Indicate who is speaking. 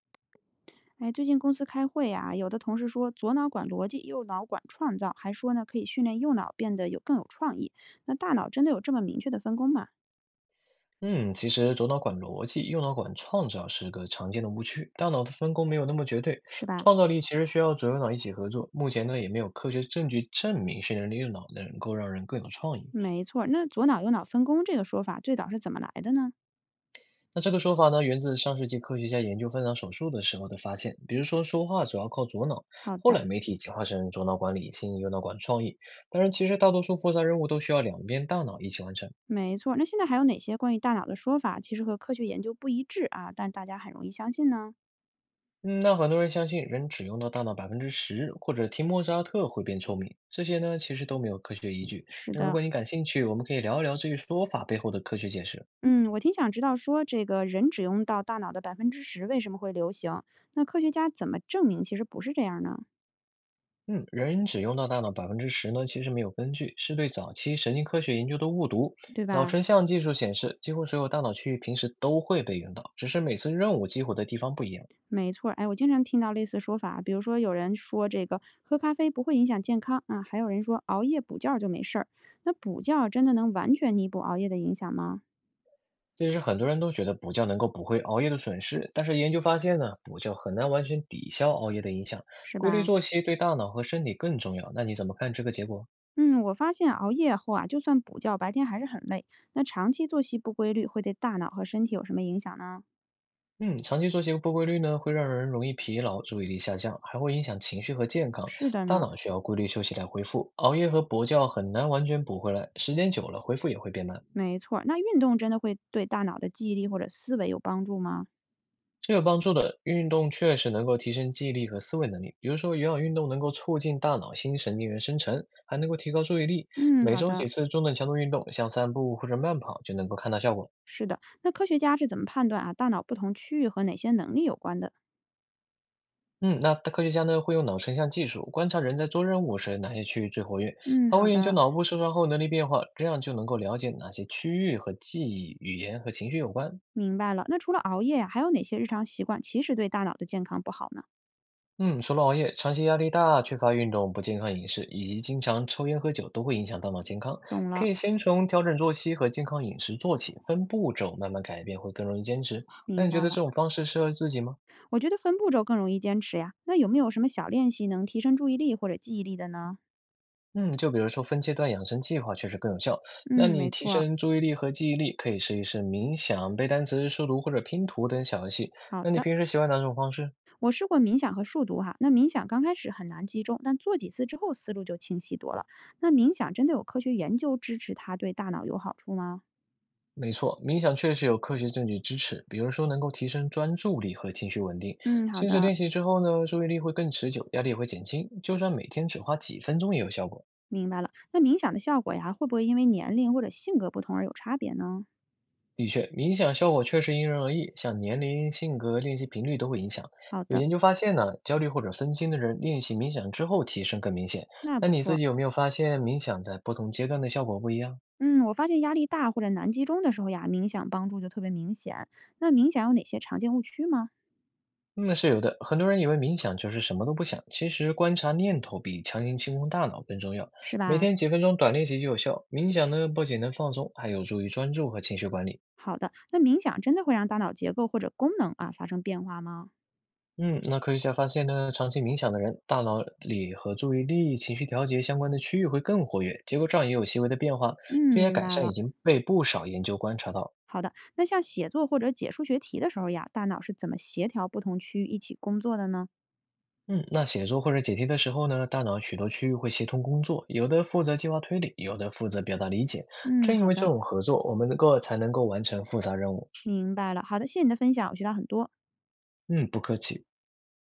Speaker 1: 哎，最近公司开会啊，有的同事说左脑管逻辑，右脑管创造，还说呢可以训练右脑变得有更有创意。那大脑真的有这么明确的分工吗？
Speaker 2: 嗯，其实左脑管逻辑，右脑管创造是个常见的误区。大脑的分工没有那么绝对，
Speaker 1: 是吧？
Speaker 2: 创造力其实需要左右脑一起合作。目前呢，也没有科学证据证明训练右脑能够让人更有创意。
Speaker 1: 没错儿，那左脑右脑分工这个说法最早是怎么来的呢？
Speaker 2: 那这个说法呢，源自上世纪科学家研究分脑手术的时候的发现。比如说，说话主要靠左脑，
Speaker 1: 好
Speaker 2: 后
Speaker 1: 的，
Speaker 2: 来媒体简化成左脑管理性，右脑管创意。当然，其实大多数复杂任务都需要两边大脑一起完成。
Speaker 1: 没错儿。那现在还有哪些关于大脑的说法，其实和科学研究不一致啊，但大家很容易相信呢？
Speaker 2: 嗯，那很多人相信人只用到大脑百分之十，或者听莫扎特会变聪明，这些呢其实都没有科学依据。
Speaker 1: 是
Speaker 2: 那如
Speaker 1: 的，
Speaker 2: 果你感兴趣，我们可以聊一聊这一说法背后的科学解释。
Speaker 1: 嗯，我挺想知道说这个人只用到大脑的10%为什么会流行？那科学家怎么证明其实不是这样呢？
Speaker 2: 嗯，人只用到大脑百分之十呢，其实没有根据，是对早期神经科学研究的误读。
Speaker 1: 对
Speaker 2: 脑
Speaker 1: 吧？
Speaker 2: 成像技术显示，几乎所有大脑区域平时都会被用到，只是每次任务激活的地方不一样。
Speaker 1: 没错儿，哎，我经常听到类似说法啊，比如说有人说这个喝咖啡不会影响健康啊，还有人说熬夜补觉儿就没事儿。那补觉儿真的能完全弥补熬夜的影响吗？
Speaker 2: 其是很多人都觉得补觉能够补回熬夜的损失，但是研究发现呢，补觉很难完全抵消熬夜的影响。
Speaker 1: 是
Speaker 2: 规律
Speaker 1: 吧？
Speaker 2: 作息对大脑和身体更重要。那你怎么看这个结果？
Speaker 1: 嗯，我发现熬夜后啊，就算补觉，白天还是很累。那长期作息不规律会对大脑和身体有什么影响呢？
Speaker 2: 嗯，长期作息不规律呢，会让人容易疲劳、注意力下降，还会影响情绪和健康。
Speaker 1: 是的
Speaker 2: 大
Speaker 1: 呢，
Speaker 2: 脑需要规律休息来恢复，熬夜和补觉很难完全补回来，时间久了恢复也会变慢。
Speaker 1: 没错儿。那运动真的会对大脑的记忆力或者思维有帮助吗？
Speaker 2: 是有帮助的，运动确实能够提升记忆力和思维能力。比如说，有氧运动能够促进大脑新神经元生成，还能够提高注意力。
Speaker 1: 嗯，
Speaker 2: 每
Speaker 1: 好
Speaker 2: 周几
Speaker 1: 的，
Speaker 2: 次中等强度运动，像散步或者慢跑，就能够看到效果。
Speaker 1: 是的。那科学家是怎么判断啊大脑不同区域和哪些能力有关的？
Speaker 2: 嗯，那科学家呢会用脑成像技术观察人在做任务时哪些区域最活跃，
Speaker 1: 嗯，
Speaker 2: 还
Speaker 1: 好
Speaker 2: 会研究
Speaker 1: 的。
Speaker 2: 脑部受伤后能力变化，这样就能够了解哪些区域和记忆、语言和情绪有关。
Speaker 1: 明白了，那除了熬夜呀，还有哪些日常习惯其实对大脑的健康不好呢？
Speaker 2: 嗯，除了熬夜，长期压力大、缺乏运动、不健康饮食，以及经常抽烟喝酒，都会影响大脑健康。
Speaker 1: 懂
Speaker 2: 可
Speaker 1: 了，
Speaker 2: 以先从调整作息和健康饮食做起，分步骤慢慢改变，会更容易坚持。那
Speaker 1: 明
Speaker 2: 你觉
Speaker 1: 白
Speaker 2: 得
Speaker 1: 了。
Speaker 2: 这种方式适合自己吗？
Speaker 1: 我觉得分步骤更容易坚持呀。那有没有什么小练习能提升注意力或者记忆力的呢？
Speaker 2: 嗯，就比如说分阶段养生计划确实更有效。
Speaker 1: 嗯，
Speaker 2: 那你
Speaker 1: 没
Speaker 2: 提
Speaker 1: 错儿。
Speaker 2: 升注意力和记忆力，可以试一试冥想、背单词、数独或者拼图等小游戏。
Speaker 1: 好
Speaker 2: 那你
Speaker 1: 的，
Speaker 2: 平时喜欢哪种方式？
Speaker 1: 我试过冥想和数独哈。那冥想刚开始很难集中，但做几次之后思路就清晰多了。那冥想真的有科学研究支持它对大脑有好处吗？
Speaker 2: 没错，冥想确实有科学证据支持，比如说能够提升专注力和情绪稳定。
Speaker 1: 嗯，好
Speaker 2: 坚持
Speaker 1: 的，
Speaker 2: 练习之后呢，注意力会更持久，压力也会减轻，就算每天只花几分钟也有效果。
Speaker 1: 明白了。那冥想的效果呀，会不会因为年龄或者性格不同而有差别呢？
Speaker 2: 的确，冥想效果确实因人而异，像年龄、性格、练习频率都会影响。
Speaker 1: 好
Speaker 2: 有
Speaker 1: 的，
Speaker 2: 研究发现呢，焦虑或者分心的人练习冥想之后提升更明显。
Speaker 1: 那
Speaker 2: 那
Speaker 1: 不
Speaker 2: 你自
Speaker 1: 错。
Speaker 2: 己有没有发现冥想在不同阶段的效果不一样？
Speaker 1: 嗯，我发现压力大或者难集中的时候呀，冥想帮助就特别明显。那冥想有哪些常见误区吗？
Speaker 2: 嗯，是有的。很多人以为冥想就是什么都不想，其实观察念头比强行清空大脑更重要。
Speaker 1: 是
Speaker 2: 每
Speaker 1: 吧？
Speaker 2: 天几分钟短练习就有效。冥想呢，不仅能放松，还有助于专注和情绪管理。
Speaker 1: 好的，那冥想真的会让大脑结构或者功能啊发生变化吗？
Speaker 2: 嗯，那科学家发现呢，长期冥想的人，大脑里和注意力、情绪调节相关的区域会更活跃，结构上也有细微的变化。
Speaker 1: 嗯，
Speaker 2: 这些
Speaker 1: 明
Speaker 2: 改
Speaker 1: 白
Speaker 2: 善已
Speaker 1: 了。
Speaker 2: 经被不少研究观察到。
Speaker 1: 好的，那像写作或者解数学题的时候呀，大脑是怎么协调不同区域一起工作的呢？
Speaker 2: 嗯，那写作或者解题的时候呢，大脑许多区域会协同工作，有的负责计划推理，有的负责表达理解。
Speaker 1: 嗯，
Speaker 2: 正因
Speaker 1: 好
Speaker 2: 为这
Speaker 1: 的，
Speaker 2: 种合作，我们才能够完成复杂任务。
Speaker 1: 明白了。好的，谢谢你的分享，我学到很多。
Speaker 2: 嗯，不客气。